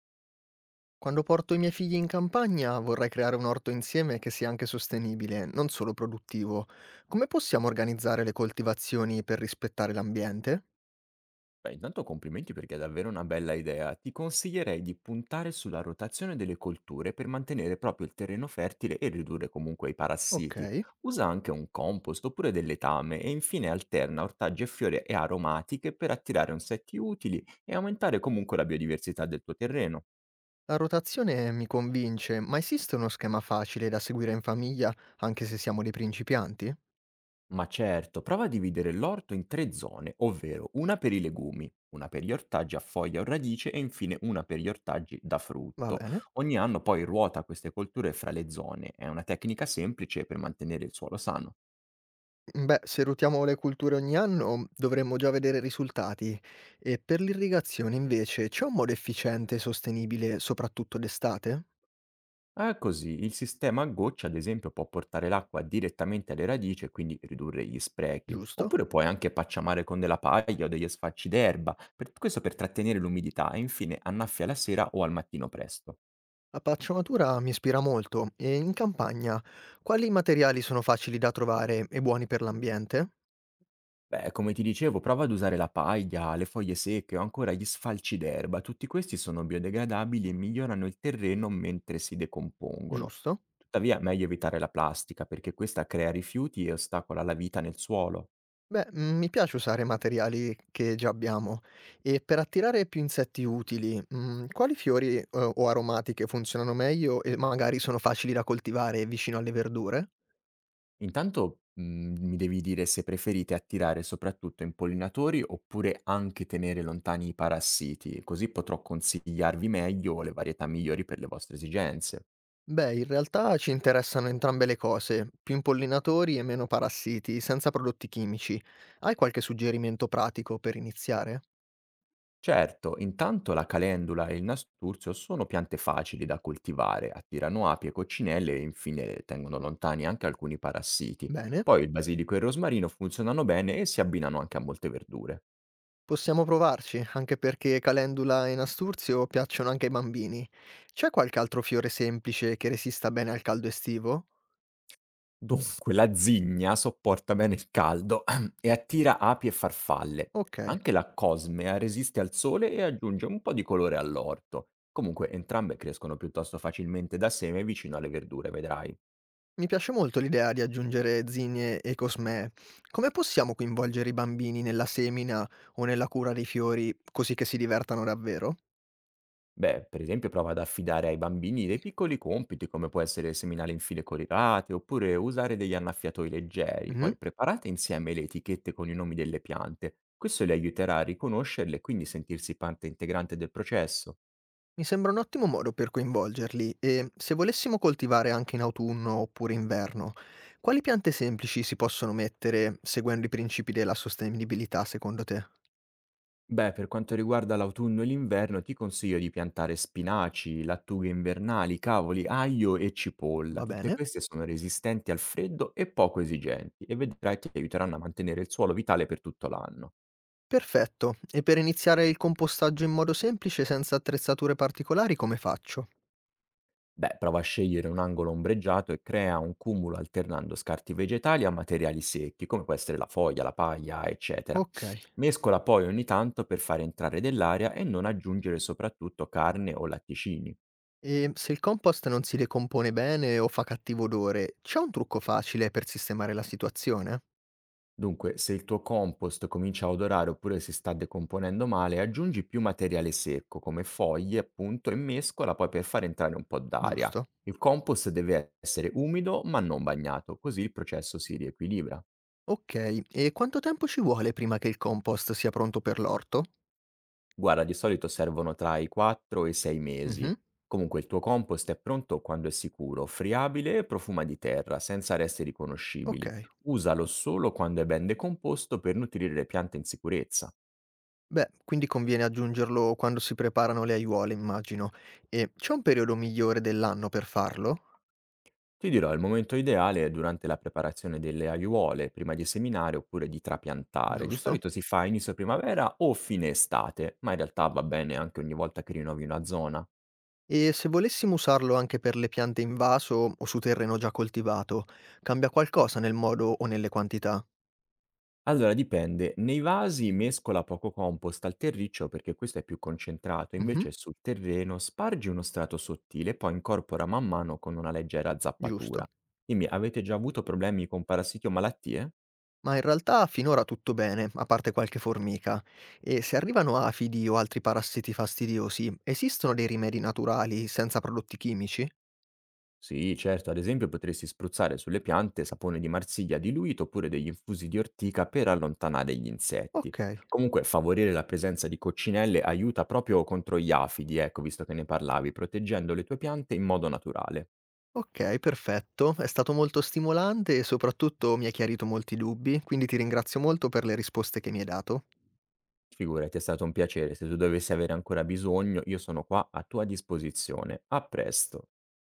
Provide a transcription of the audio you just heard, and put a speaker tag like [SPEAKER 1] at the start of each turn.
[SPEAKER 1] Quando porto i miei figli in campagna vorrei creare un orto insieme che sia anche sostenibile, non solo produttivo. Come possiamo organizzare le coltivazioni per rispettare l'ambiente?
[SPEAKER 2] Beh, intanto complimenti perché è davvero una bella idea. Ti consiglierei di puntare sulla rotazione delle colture per mantenere proprio il terreno fertile e ridurre comunque i parassiti.
[SPEAKER 1] Ok,
[SPEAKER 2] Usa anche un compost oppure del letame e infine alterna ortaggi e fiori e aromatiche per attirare insetti utili e aumentare comunque la biodiversità del tuo terreno.
[SPEAKER 1] la rotazione mi convince, ma esiste uno schema facile da seguire in famiglia, anche se siamo dei principianti?
[SPEAKER 2] Ma certo, prova a dividere l'orto in tre zone, ovvero una per i legumi, una per gli ortaggi a foglia o radice e infine una per gli ortaggi da
[SPEAKER 1] Va
[SPEAKER 2] frutto.
[SPEAKER 1] bene.
[SPEAKER 2] Ogni anno poi ruota queste colture fra le zone, è una tecnica semplice per mantenere il suolo sano.
[SPEAKER 1] Beh, se rotiamo le culture ogni anno dovremmo già vedere risultati. E per l'irrigazione invece c'è un modo efficiente e sostenibile, soprattutto d'estate?
[SPEAKER 2] Ah, così il sistema a goccia, ad esempio, può portare l'acqua direttamente alle radici e quindi ridurre gli sprechi.
[SPEAKER 1] Giusto?
[SPEAKER 2] Oppure puoi anche pacciamare con della paglia o degli sfacci d'erba, questo per trattenere l'umidità e infine annaffia la sera o al mattino presto.
[SPEAKER 1] La pacciamatura mi ispira molto e in campagna quali materiali sono facili da trovare e buoni per l'ambiente?
[SPEAKER 2] Beh, come ti dicevo, prova ad usare la paglia, le foglie secche o ancora gli sfalci d'erba. Tutti questi sono biodegradabili e migliorano il terreno mentre si decompongono.
[SPEAKER 1] Giusto?
[SPEAKER 2] Tuttavia, è meglio evitare la plastica perché questa crea rifiuti e ostacola la vita nel suolo.
[SPEAKER 1] Beh, mi piace usare materiali che già abbiamo e per attirare più insetti utili, quali fiori, o aromatiche funzionano meglio e magari sono facili da coltivare vicino alle verdure?
[SPEAKER 2] Intanto, mi devi dire se preferite attirare soprattutto impollinatori oppure anche tenere lontani i parassiti, così potrò consigliarvi meglio le varietà migliori per le vostre esigenze.
[SPEAKER 1] Beh, in realtà ci interessano entrambe le cose, più impollinatori e meno parassiti, senza prodotti chimici. Hai qualche suggerimento pratico per iniziare?
[SPEAKER 2] Certo, intanto la calendula e il nasturzio sono piante facili da coltivare, attirano api e coccinelle e infine tengono lontani anche alcuni parassiti.
[SPEAKER 1] Bene.
[SPEAKER 2] Poi il basilico e il rosmarino funzionano bene e si abbinano anche a molte verdure.
[SPEAKER 1] Possiamo provarci, anche perché calendula e nasturzio piacciono anche ai bambini. C'è qualche altro fiore semplice che resista bene al caldo estivo?
[SPEAKER 2] Dunque, la zigna sopporta bene il caldo e attira api e farfalle.
[SPEAKER 1] Ok,
[SPEAKER 2] Anche la cosmea resiste al sole e aggiunge un po' di colore all'orto. Comunque, entrambe crescono piuttosto facilmente da seme vicino alle verdure, vedrai.
[SPEAKER 1] mi piace molto l'idea di aggiungere zinnie e cosmee. Come possiamo coinvolgere i bambini nella semina o nella cura dei fiori così che si divertano davvero?
[SPEAKER 2] Beh, per esempio prova ad affidare ai bambini dei piccoli compiti, come può essere seminare in file colorate, oppure usare degli annaffiatoi leggeri. Poi preparate insieme le etichette con i nomi delle piante. Questo le aiuterà a riconoscerle e quindi sentirsi parte integrante del processo.
[SPEAKER 1] Mi sembra un ottimo modo per coinvolgerli e se volessimo coltivare anche in autunno oppure inverno, quali piante semplici si possono mettere seguendo i principi della sostenibilità secondo te?
[SPEAKER 2] Beh, per quanto riguarda l'autunno e l'inverno, ti consiglio di piantare spinaci, lattughe invernali, cavoli, aglio e cipolla.
[SPEAKER 1] Va
[SPEAKER 2] Tutte
[SPEAKER 1] bene?
[SPEAKER 2] queste sono resistenti al freddo e poco esigenti e vedrai che ti aiuteranno a mantenere il suolo vitale per tutto l'anno.
[SPEAKER 1] Perfetto. E per iniziare il compostaggio in modo semplice senza attrezzature particolari come faccio?
[SPEAKER 2] Beh, prova a scegliere un angolo ombreggiato e crea un cumulo alternando scarti vegetali a materiali secchi, come può essere la foglia, la paglia, eccetera.
[SPEAKER 1] Ok.
[SPEAKER 2] Mescola poi ogni tanto per far entrare dell'aria e non aggiungere soprattutto carne o latticini.
[SPEAKER 1] E se il compost non si decompone bene o fa cattivo odore, c'è un trucco facile per sistemare la situazione?
[SPEAKER 2] Dunque, se il tuo compost comincia a odorare oppure si sta decomponendo male, aggiungi più materiale secco, come foglie, appunto, e mescola poi per far entrare un po' d'aria.
[SPEAKER 1] Giusto?
[SPEAKER 2] Il compost deve essere umido ma non bagnato, così il processo si riequilibra.
[SPEAKER 1] Ok, e quanto tempo ci vuole prima che il compost sia pronto per l'orto?
[SPEAKER 2] Guarda, di solito servono tra i 4 e i 6
[SPEAKER 1] Mh-mh.
[SPEAKER 2] mesi. Comunque il tuo compost è pronto quando è sicuro, friabile e profuma di terra, senza resti riconoscibili.
[SPEAKER 1] Okay.
[SPEAKER 2] Usalo solo quando è ben decomposto per nutrire le piante in sicurezza.
[SPEAKER 1] Beh, quindi conviene aggiungerlo quando si preparano le aiuole immagino. E c'è un periodo migliore dell'anno per farlo?
[SPEAKER 2] Ti dirò, il momento ideale è durante la preparazione delle aiuole, prima di seminare oppure di trapiantare. Di
[SPEAKER 1] Giusto?
[SPEAKER 2] solito si fa a inizio primavera o fine estate, ma in realtà va bene anche ogni volta che rinnovi una zona.
[SPEAKER 1] E se volessimo usarlo anche per le piante in vaso o su terreno già coltivato, cambia qualcosa nel modo o nelle quantità?
[SPEAKER 2] Allora dipende, nei vasi mescola poco compost al terriccio perché questo è più concentrato,
[SPEAKER 1] Mh-mh.
[SPEAKER 2] invece sul terreno spargi uno strato sottile e poi incorpora man mano con una leggera
[SPEAKER 1] Giusto.
[SPEAKER 2] zappatura. Dimmi, avete già avuto problemi con parassiti o malattie?
[SPEAKER 1] Ma in realtà finora tutto bene, a parte qualche formica. E se arrivano afidi o altri parassiti fastidiosi, esistono dei rimedi naturali senza prodotti chimici?
[SPEAKER 2] Sì, certo, ad esempio potresti spruzzare sulle piante sapone di marsiglia diluito oppure degli infusi di ortica per allontanare gli insetti.
[SPEAKER 1] Okay.
[SPEAKER 2] Comunque favorire la presenza di coccinelle aiuta proprio contro gli afidi, ecco, visto che ne parlavi, proteggendo le tue piante in modo naturale.
[SPEAKER 1] Okay, perfetto. È stato molto stimolante e soprattutto mi hai chiarito molti dubbi, quindi ti ringrazio molto per le risposte che mi hai dato.
[SPEAKER 2] Figurati, è stato un piacere. Se tu dovessi avere ancora bisogno, io sono qua a tua disposizione. A presto.